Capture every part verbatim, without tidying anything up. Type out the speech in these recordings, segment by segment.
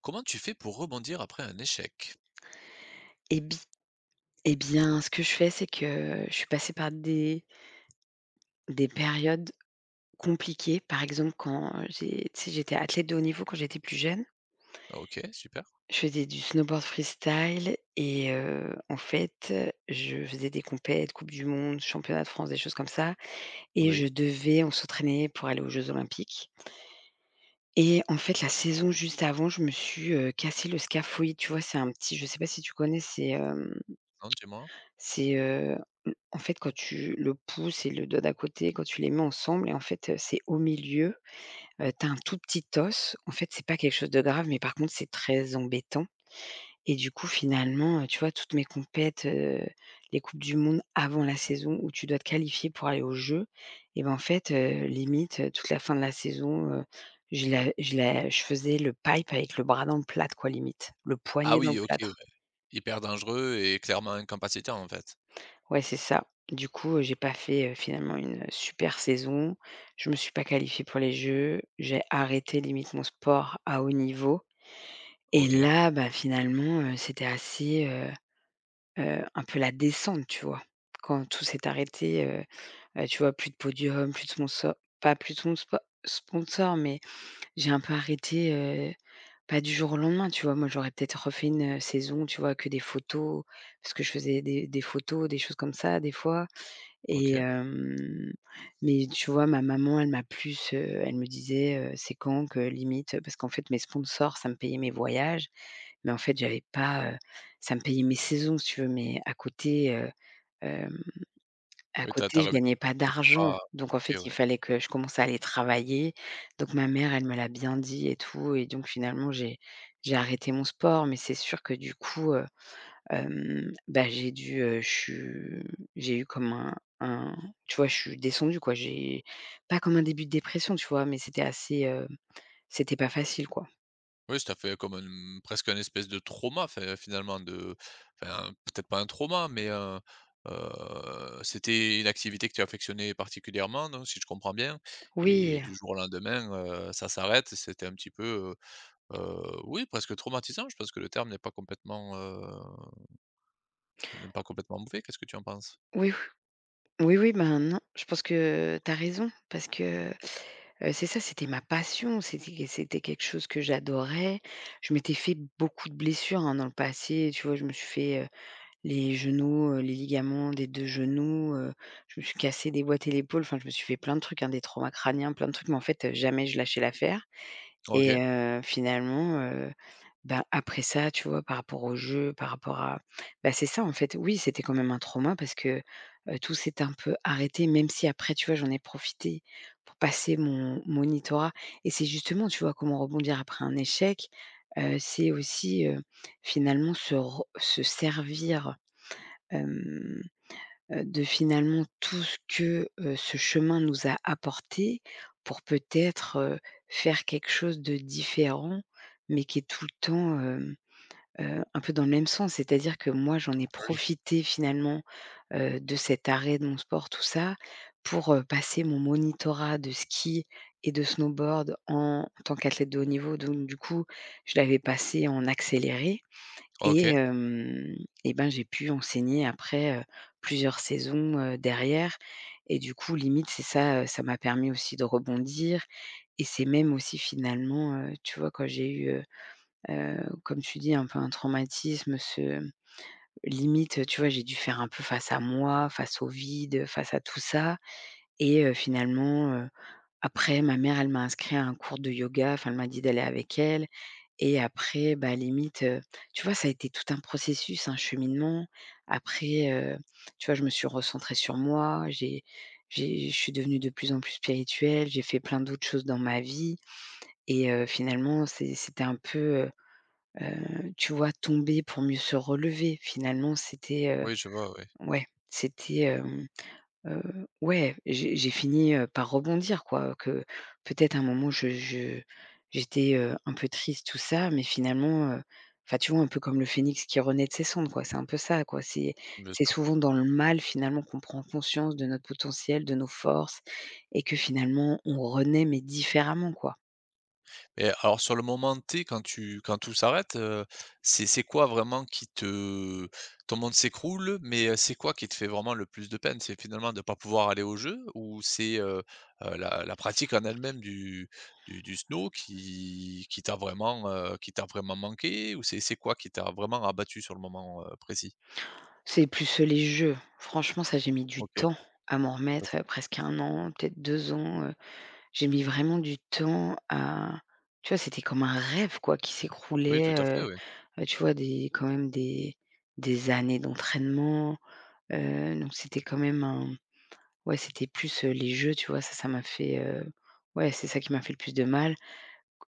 Comment tu fais pour rebondir après un échec? Eh bi eh bien, ce que je fais, c'est que je suis passée par des des périodes compliquées. Par exemple, quand j'ai tu sais, j'étais athlète de haut niveau quand j'étais plus jeune. OK, super. Je faisais du snowboard freestyle et heu, en fait, je faisais des compètes, coupe du monde, championnat de France, des choses comme ça et Oui. je devais on s'entraînait pour aller aux jeux olympiques et en fait, la saison juste avant, je me suis, heu, cassé le scaphoïde. Tu vois? C'est un petit Je sais pas si tu connais? C'est, hem, Non, dis-moi. c'est, heu En fait, quand tu le pouce et le doigt d'à côté, quand tu les mets ensemble et en fait, heu, c'est au milieu, heu, tu as un tout petit os. En fait, c'est pas quelque chose de grave, mais par contre, c'est très embêtant et du coup, finalement, heu, tu vois, toutes mes compètes, heu, les coupes du monde avant la saison où tu dois te qualifier pour aller aux Jeux et ben, en fait, heu, limite, heu, toute la fin de la saison, heu, je la je la je faisais le pipe avec le bras dans le plâtre, quoi, limite. Le Ah poignet dans oui, le OK, ouais. plâtre. Hyper dangereux et clairement incapacitant, en fait. Ouais, c'est ça. Du coup, heu, j'ai pas fait, heu, finalement une, super saison. Je me suis pas qualifiée pour les Jeux. J'ai arrêté limite mon sport à haut niveau et OK, là, bah, finalement, heu, c'était assez, heu heu, un peu la descente, tu vois? Quand tout s'est arrêté, heu heu, tu vois, plus de podium, plus de sponsor pas plus de son spo sponsor, mais j'ai un peu arrêté, heu, pas du jour au lendemain, tu vois? Moi, j'aurais peut-être refait une, heu, saison, tu vois, que des photos, parce que je faisais des des photos, des choses comme ça, des fois. Et OK. hem, mais tu vois, ma maman, elle m'a plus, heu, elle me disait, heu: «C'est quand que limite?» parce qu'en fait, mes sponsors, ça me payait mes voyages, mais en fait, j'avais pas, heu, ça me payait mes saisons, si tu veux, mais à côté, heu, hem, à Oui, t'as. As côté, je remis gagnais pas mais c'est d'argent. pas Donc en fait, OK, il ouais. fallait que je commence à aller travailler. Donc ma mère, elle me l'a bien dit et tout et donc finalement, j'ai j'ai arrêté mon sport, mais c'est sûr que du coup, Hem, bah, j'ai dû, heu, je suis j'ai eu comme un un tu vois, je suis descendue quoi. J'ai pas comme un début de dépression, tu vois? Mais c'était assez, heu, c'était pas facile quoi. Oui, ça fait comme un presque une espèce de trauma, fin finalement de enfin, peut-être pas un trauma, mais heu heu, c'était une activité que tu affectionnais particulièrement, donc si je comprends bien et Oui, du jour au lendemain, heu, ça s'arrête. C'était un petit peu, Heu, oui, presque traumatisant. Je pense que le terme n'est pas complètement, heu, n'est pas complètement mauvais. Qu'est-ce que tu en penses? oui, oui, oui, ben, non, je pense que tu as raison parce que, heu, c'est ça, c'était ma passion, c'était c'était quelque chose que j'adorais. Je m'étais fait beaucoup de blessures, hein, dans le passé, tu vois? Je me suis fait, les genoux, heu, les ligaments des deux genoux, heu, je me suis cassé déboîté l'épaule, enfin je me suis fait plein de trucs, hein, des traumas crâniens, plein de trucs, mais en fait, heu, jamais je lâchais l'affaire OK, et heu, finalement, heu, ben, après ça, tu vois, par rapport au jeu, par rapport à bah, c'est ça en fait, oui, c'était quand même un trauma parce que, heu, tout s'est un peu arrêté même si après, tu vois, j'en ai profité pour passer mon monitorat et c'est justement, tu vois, comment rebondir après un échec, heu, c'est aussi, heu, finalement se re se servir hem, heu, de finalement tout ce que, heu, ce chemin nous a apporté pour peut-être, heu, faire quelque chose de différent, mais qui est tout le temps, hem, heu, un peu dans le même sens. C'est-à-dire que moi, j'en ai oui, profité finalement, heu, de cet arrêt de mon sport, tout ça, pour, heu, passer mon monitorat de ski et de snowboard en en tant qu'athlète de haut niveau. Donc du coup, je l'avais passé en accéléré. Et OK, hem et ben, j'ai pu enseigner après, heu, plusieurs saisons, heu, derrière et du coup, limite, c'est ça, heu, ça m'a permis aussi de rebondir et c'est même aussi finalement, heu, tu vois, quand j'ai eu, heu heu, comme tu dis, un peu un traumatisme, ce limite, tu vois, j'ai dû faire un peu face à moi, face au vide, face à tout ça et heu, finalement, heu, après ma mère, elle m'a inscrit à un cours de yoga, enfin, elle m'a dit d'aller avec elle. Et après, bah, limite, heu, tu vois, ça a été tout un processus, un cheminement. Après, heu, tu vois, je me suis recentrée sur moi, j'ai j'ai je suis devenue de plus en plus spirituelle, j'ai fait plein d'autres choses dans ma vie et heu, finalement, c'est c'était un peu, heu heu, tu vois, tomber pour mieux se relever. Finalement, c'était, heu, oui, je vois, oui, ouais, c'était, Heu, ouais, j'ai j'ai fini, heu, par rebondir quoi, que peut-être à un moment je je j'étais, heu, un peu triste tout ça, mais finalement, heu, enfin tu vois un peu comme le phénix qui renaît de ses cendres quoi, c'est un peu ça quoi. C'est bien c'est sûr. souvent dans le mal finalement qu'on prend conscience de notre potentiel, de nos forces et que finalement on renaît mais différemment quoi. Et alors sur le moment T, quand tu quand tout s'arrête, heu, c'est c'est quoi vraiment qui te ton monde s'écroule, mais heu, c'est quoi qui te fait vraiment le plus de peine? C'est finalement de ne pas pouvoir aller au jeu ou c'est, heu heu, la la pratique en elle-même du du du snow qui qui t'a vraiment, heu, qui t'a vraiment manqué, ou c'est c'est quoi qui t'a vraiment abattu sur le moment, heu, précis? C'est plus, les jeux. Franchement ça j'ai mis du OK. temps à m'en Parce remettre, heu, presque un an, peut-être deux ans. J'ai mis vraiment du temps à tu vois, c'était comme un rêve quoi qui Oui, tout s'écroulait, à heu fait, oui. heu, tu vois, des quand même des des années d'entraînement, heu, donc c'était quand même un ouais, c'était plus, heu, les jeux, tu vois? Ça ça m'a fait, heu ouais, c'est ça qui m'a fait le plus de mal.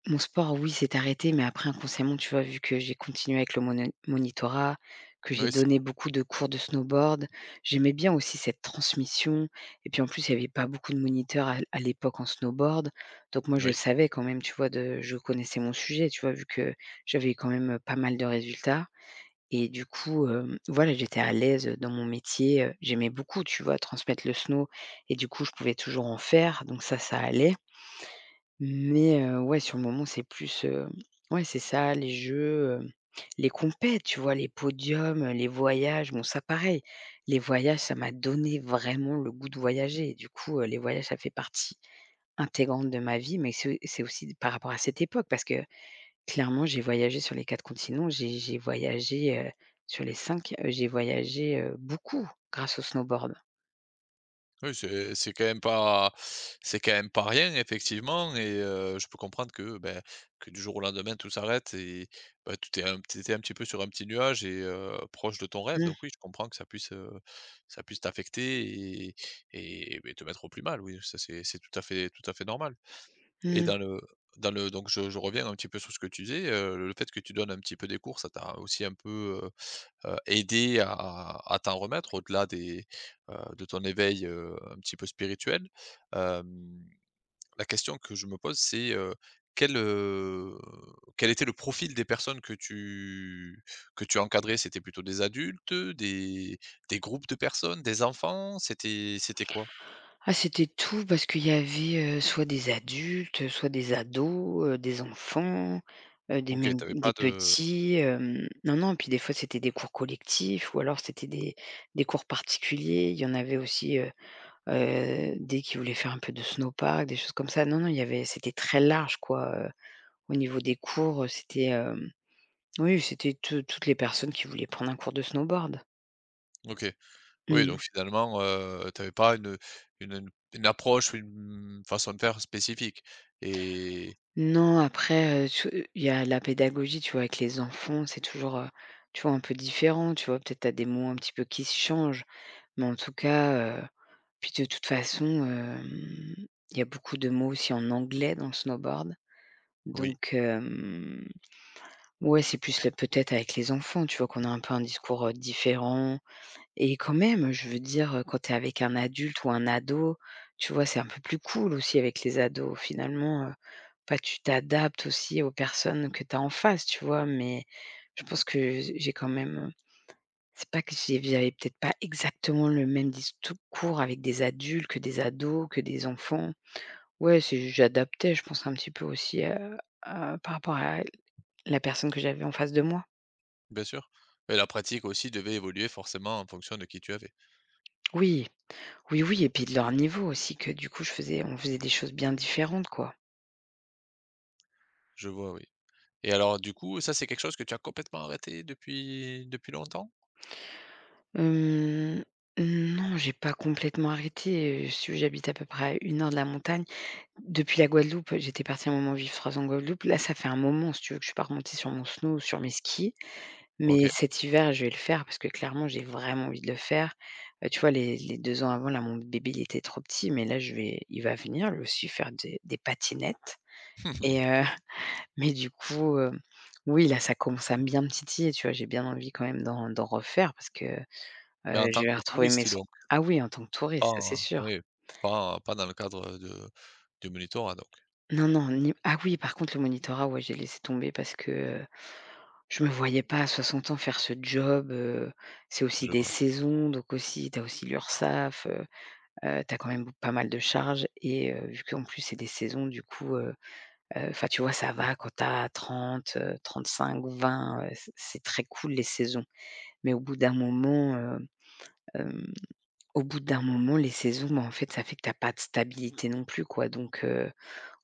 Mon sport, oui, s'est arrêté, mais après inconsciemment, tu vois, vu que j'ai continué avec le mono monitorat, que j'ai Oui, c donné beaucoup de cours de snowboard, j'aimais bien aussi cette transmission et puis en plus, il n'y avait pas beaucoup de moniteurs à à l'époque en snowboard, donc moi je oui. savais quand même, tu vois, de je connaissais mon sujet, tu vois, vu que j'avais eu quand même, pas mal de résultats et du coup, hem, voilà, j'étais à l'aise, dans mon métier, heu, j'aimais beaucoup, tu vois, transmettre le snow et du coup, je pouvais toujours en faire, donc ça, ça allait. Mais heu, ouais, sur le moment, c'est plus, heu, ouais, c'est ça, les jeux, heu, les compètes, tu vois? Les podiums, heu, les voyages. Bon, ça, pareil, les voyages, ça m'a donné vraiment le goût de voyager. Du coup, heu, les voyages, ça fait partie intégrante de ma vie, mais c'est c'est aussi par rapport à cette époque parce que clairement, j'ai voyagé sur les quatre continents. J'ai j'ai voyagé, heu, sur les cinq. Heu, j'ai voyagé, heu, beaucoup grâce au snowboard. Oui, c'est c'est quand même pas c'est quand même pas rien effectivement, et heu, je peux comprendre que, ben, que du jour au lendemain tout s'arrête et bah, tu étais un tu un petit peu sur un petit nuage et heu, proche de ton rêve, Mmh. donc oui, je comprends que ça puisse, heu, ça puisse t'affecter et et beh, te mettre au plus mal. Oui, ça c'est c'est tout à fait tout à fait normal. Et Mmh. dans le dans le donc je je reviens un petit peu sur ce que tu disais, heu, le fait que tu donnes un petit peu des cours, ça t'a aussi un peu, heu, aider à à à t'en remettre au-delà des, heu, de ton éveil, heu, un petit peu spirituel. Hem, la question que je me pose, c'est, heu, quel, heu, quel était le profil des personnes que tu que tu encadrais? C'était plutôt des adultes, des des groupes de personnes, des enfants? C'était c'était quoi? Ah c'était tout parce qu'il y avait, heu, soit des adultes, soit des ados, heu, des enfants, heu, des OK, même tu avais pas des de petits, hem, non, non, puis des fois c'était des cours collectifs ou alors c'était des des cours particuliers. Il y en avait aussi, heu heu, des qui voulaient faire un peu de snowpark, des choses comme ça. Non, non, il y avait c'était très large quoi, heu, au niveau des cours, heu, c'était, hem, oui, c'était tout toutes les personnes qui voulaient prendre un cours de snowboard. OK. Oui, Mmh. donc finalement, heu, tu n'avais pas une une une une approche ou une façon de faire spécifique et Non, après, heu, tu il y a la pédagogie, tu vois? Avec les enfants, c'est toujours, heu, tu vois, un peu différent, tu vois? Peut-être tu des mots un petit peu qui se changent, mais en tout cas, heu, puis de toute façon, hem, il y a beaucoup de mots aussi en anglais dans le snowboard. oui. Donc, hem, ouais, c'est plus le peut-être avec les enfants, tu vois? Qu'on a un peu un discours, heu, différent. Et quand même, je veux dire, heu, quand tu es avec un adulte ou un ado, tu vois, c'est un peu plus cool aussi avec les ados finalement, heu, bah, tu t'adaptes aussi aux personnes que tu as en face, tu vois? Mais je pense que j'ai quand même c'est pas que j'ai j'avais peut-être pas exactement le même discours avec des adultes que des ados, que des enfants. Ouais, c'est j'adaptais, je pense un petit peu aussi, heu, à par rapport à la personne que j'avais en face de moi. Bien sûr. Et la pratique aussi devait évoluer forcément en fonction de qui tu avais. Oui, oui, oui et puis de leur niveau aussi que du coup je faisais on faisait des choses bien différentes, quoi. Je vois, oui. Et alors, du coup, ça, c'est quelque chose que tu as complètement arrêté depuis depuis longtemps? Hem, non, j'ai pas complètement arrêté, heu, si j'habite à peu près à une heure de la montagne. Depuis la Guadeloupe, j'étais partie un moment vivre trois ans en Guadeloupe. Là, ça fait un moment, si tu veux, que je suis pas remontée sur mon snow, sur mes skis. Mais OK. cet hiver, je vais le faire parce que clairement, j'ai vraiment envie de le faire. Heu, tu vois, les les deux ans avant, là, mon bébé, il était trop petit, mais là, je vais il va venir lui aussi faire des des patinettes et heu, mais du coup, heu, oui, là, ça commence à bien me titiller, tu vois? J'ai bien envie quand même d'en d'en refaire parce que. Mais en Heu, je tant vais que retrouver mes touriste sons. donc, Ah oui, en tant que pas touriste, ça c'est en- sûr. oui, pas en- pas dans le cadre de du monitorat donc. Non, non, ni ah oui, par contre le monitorat, ouais, j'ai laissé tomber parce que, heu, je me voyais pas à soixante ans faire ce job, heu, c'est aussi Je des vois, saisons, donc aussi tu as aussi l'URSSAF, heu heu, tu as quand même b pas mal de charges et heu, vu qu'en plus c'est des saisons, du coup, heu heu, enfin tu vois, ça va quand tu as trente heu, trente-cinq, vingt, heu, c c'est très cool les saisons. Mais au bout d'un moment, heu, hem Au bout d'un moment, les saisons, bah, en fait, ça fait que t'as pas de stabilité non plus, quoi. Donc, heu,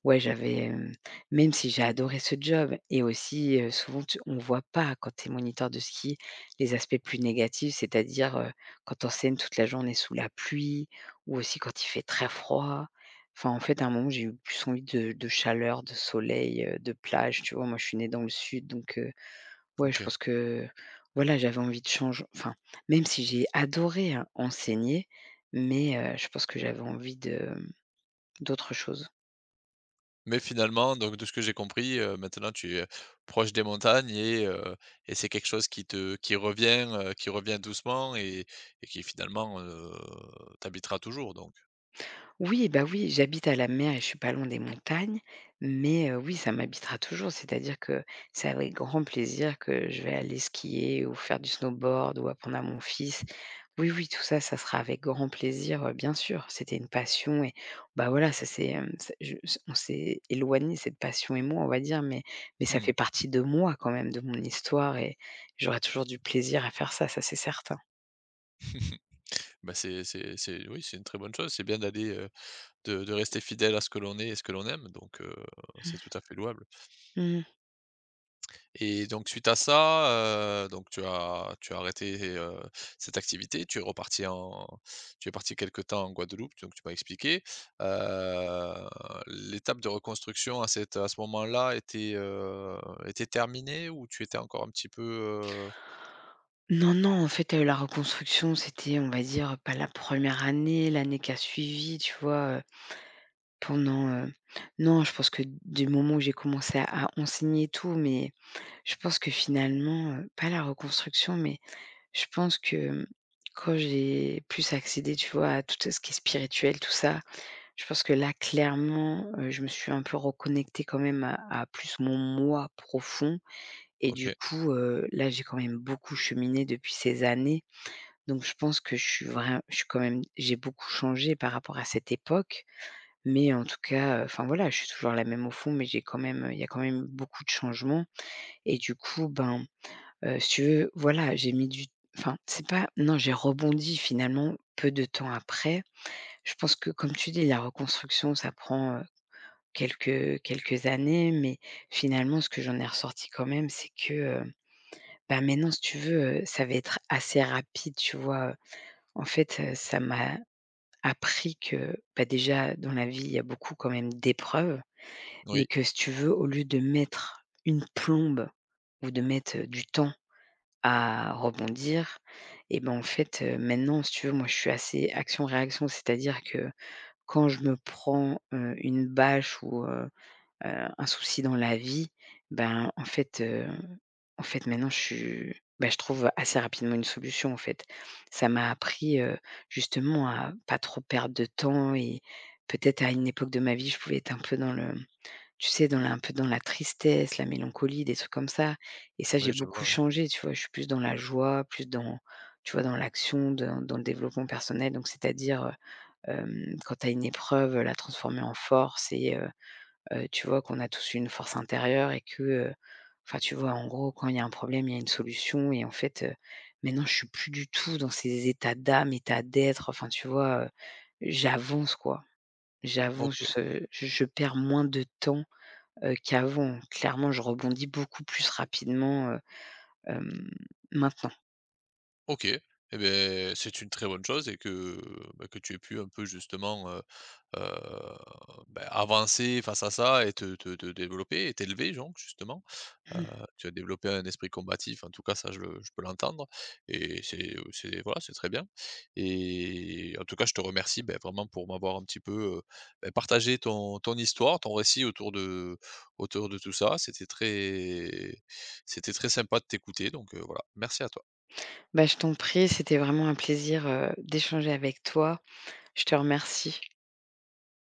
ouais, j'avais, hem, même si j'ai adoré ce job et aussi, heu, souvent tu on voit pas quand t'es moniteur de ski les aspects plus négatifs, c'est-à-dire, heu, quand tu enseignes toute la journée sous la pluie ou aussi quand il fait très froid. Enfin, en fait, à un moment, j'ai eu plus envie de de chaleur, de soleil, heu, de plage, tu vois? Moi, je suis née dans le sud, donc. Ouais, je OK. pense que, voilà, j'avais envie de changer. Enfin, même si j'ai adoré, hein, enseigner, mais heu, je pense que j'avais envie de, hem, d'autre chose. Mais finalement, donc de ce que j'ai compris, heu, maintenant tu es proche des montagnes et heu, et c'est quelque chose qui te qui revient, heu, qui revient doucement et et qui finalement, heu, t'habitera toujours donc. Oui, bah, oui, j'habite à la mer et je suis pas loin des montagnes, mais heu, oui, ça m'habitera toujours. C'est-à-dire que c'est avec grand plaisir que je vais aller skier ou faire du snowboard ou apprendre à mon fils. Oui, oui, tout ça, ça sera avec grand plaisir, heu, bien sûr. C'était une passion et bah, voilà, ça c'est, hem, c'est je s on s'est éloigné cette passion et moi, on va dire, mais mais ça Mmh. fait partie de moi quand même, de mon histoire et j'aurai toujours du plaisir à faire ça, ça c'est certain. Bah, c'est c'est c'est oui, c'est une très bonne chose. C'est bien d'aller, heu, de de rester fidèle à ce que l'on est et ce que l'on aime, donc heu, c'est Mmh. tout à fait louable. Mmh. Et donc suite à ça, heu, donc tu as tu as arrêté, heu, cette activité. Tu es reparti en tu es parti quelque temps en Guadeloupe, donc tu m'as expliqué. Heu, l'étape de reconstruction à cette à ce moment-là était, heu, était terminée, ou tu étais encore un petit peu, heu Non, non, en fait, t'as eu la reconstruction, c'était, on va dire, pas la première année, l'année qui a suivi, tu vois? Heu, pendant, heu non, je pense que du moment où j'ai commencé à à enseigner et tout, mais je pense que finalement, heu, pas la reconstruction, mais je pense que, quand j'ai plus accédé, tu vois, à tout ce qui est spirituel, tout ça, je pense que là, clairement, heu, je me suis un peu reconnectée quand même à à plus mon moi profond et du OK. coup, heu, là, j'ai quand même beaucoup cheminé depuis ces années. Donc je pense que je suis vraiment, je suis quand même j'ai beaucoup changé par rapport à cette époque, mais en tout cas, heu, enfin voilà, je suis toujours la même au fond, mais j'ai quand même, il y a quand même beaucoup de changements et du coup, ben, heu, si tu veux, voilà, j'ai mis du enfin c'est pas non, j'ai rebondi finalement peu de temps après. Je pense que comme tu dis, la reconstruction, ça prend, heu, quelques quelques années, mais finalement, ce que j'en ai ressorti quand même, c'est que, heu, bah, maintenant, si tu veux, heu, ça va être assez rapide, tu vois? En fait, heu, ça m'a appris que, bah, déjà dans la vie, il y a beaucoup quand même d'épreuves, mais Oui, que si tu veux, au lieu de mettre une plombe ou de mettre, heu, du temps à rebondir et ben, en fait, heu, maintenant, si tu veux, moi, je suis assez action-réaction. C'est-à-dire que quand je me prends, heu, une bâche ou heu, un souci dans la vie, ben, en fait, heu, en fait, maintenant, je suis ben je trouve assez rapidement une solution, en fait. Ça m'a appris, heu, justement à pas trop perdre de temps et peut-être à une époque de ma vie, je pouvais être un peu dans le tu sais, dans la un peu dans la tristesse, la mélancolie, des trucs comme ça et ça, j'ai oui, je beaucoup vois, ouais. changé, tu vois? Je suis plus dans la joie, plus dans, tu vois, dans l'action, dans dans le développement personnel donc c'est-à-dire, heu, quand tu as une épreuve, la transformer en force et heu Heu, tu vois, qu'on a tous une force intérieure et que, heu, enfin, tu vois, en gros, quand il y a un problème, il y a une solution et en fait, heu, maintenant, je suis plus du tout dans ces états d'âme, états d'être, enfin, tu vois, heu, j'avance, quoi. J'avance, je OK. se je je perds moins de temps, heu, qu'avant. Clairement, je rebondis beaucoup plus rapidement, heu, hem, maintenant. OK, eh beh, c'est une très bonne chose, et que, bah, que tu aies pu un peu justement, heu heu, bah, avancer face à ça et te te te développer et t'élever donc justement. Heu, tu as développé un esprit combatif, en tout cas ça je le je peux l'entendre, et c'est, c'est voilà, c'est très bien. Et en tout cas je te remercie, ben vraiment, pour m'avoir un petit peu, heu, beh, partagé ton ton histoire, ton récit autour de autour de tout ça. C'était très c'était très sympa de t'écouter, donc, heu, voilà, merci à toi. Bah, je t'en prie, c'était vraiment un plaisir, heu, d'échanger avec toi. Je te remercie.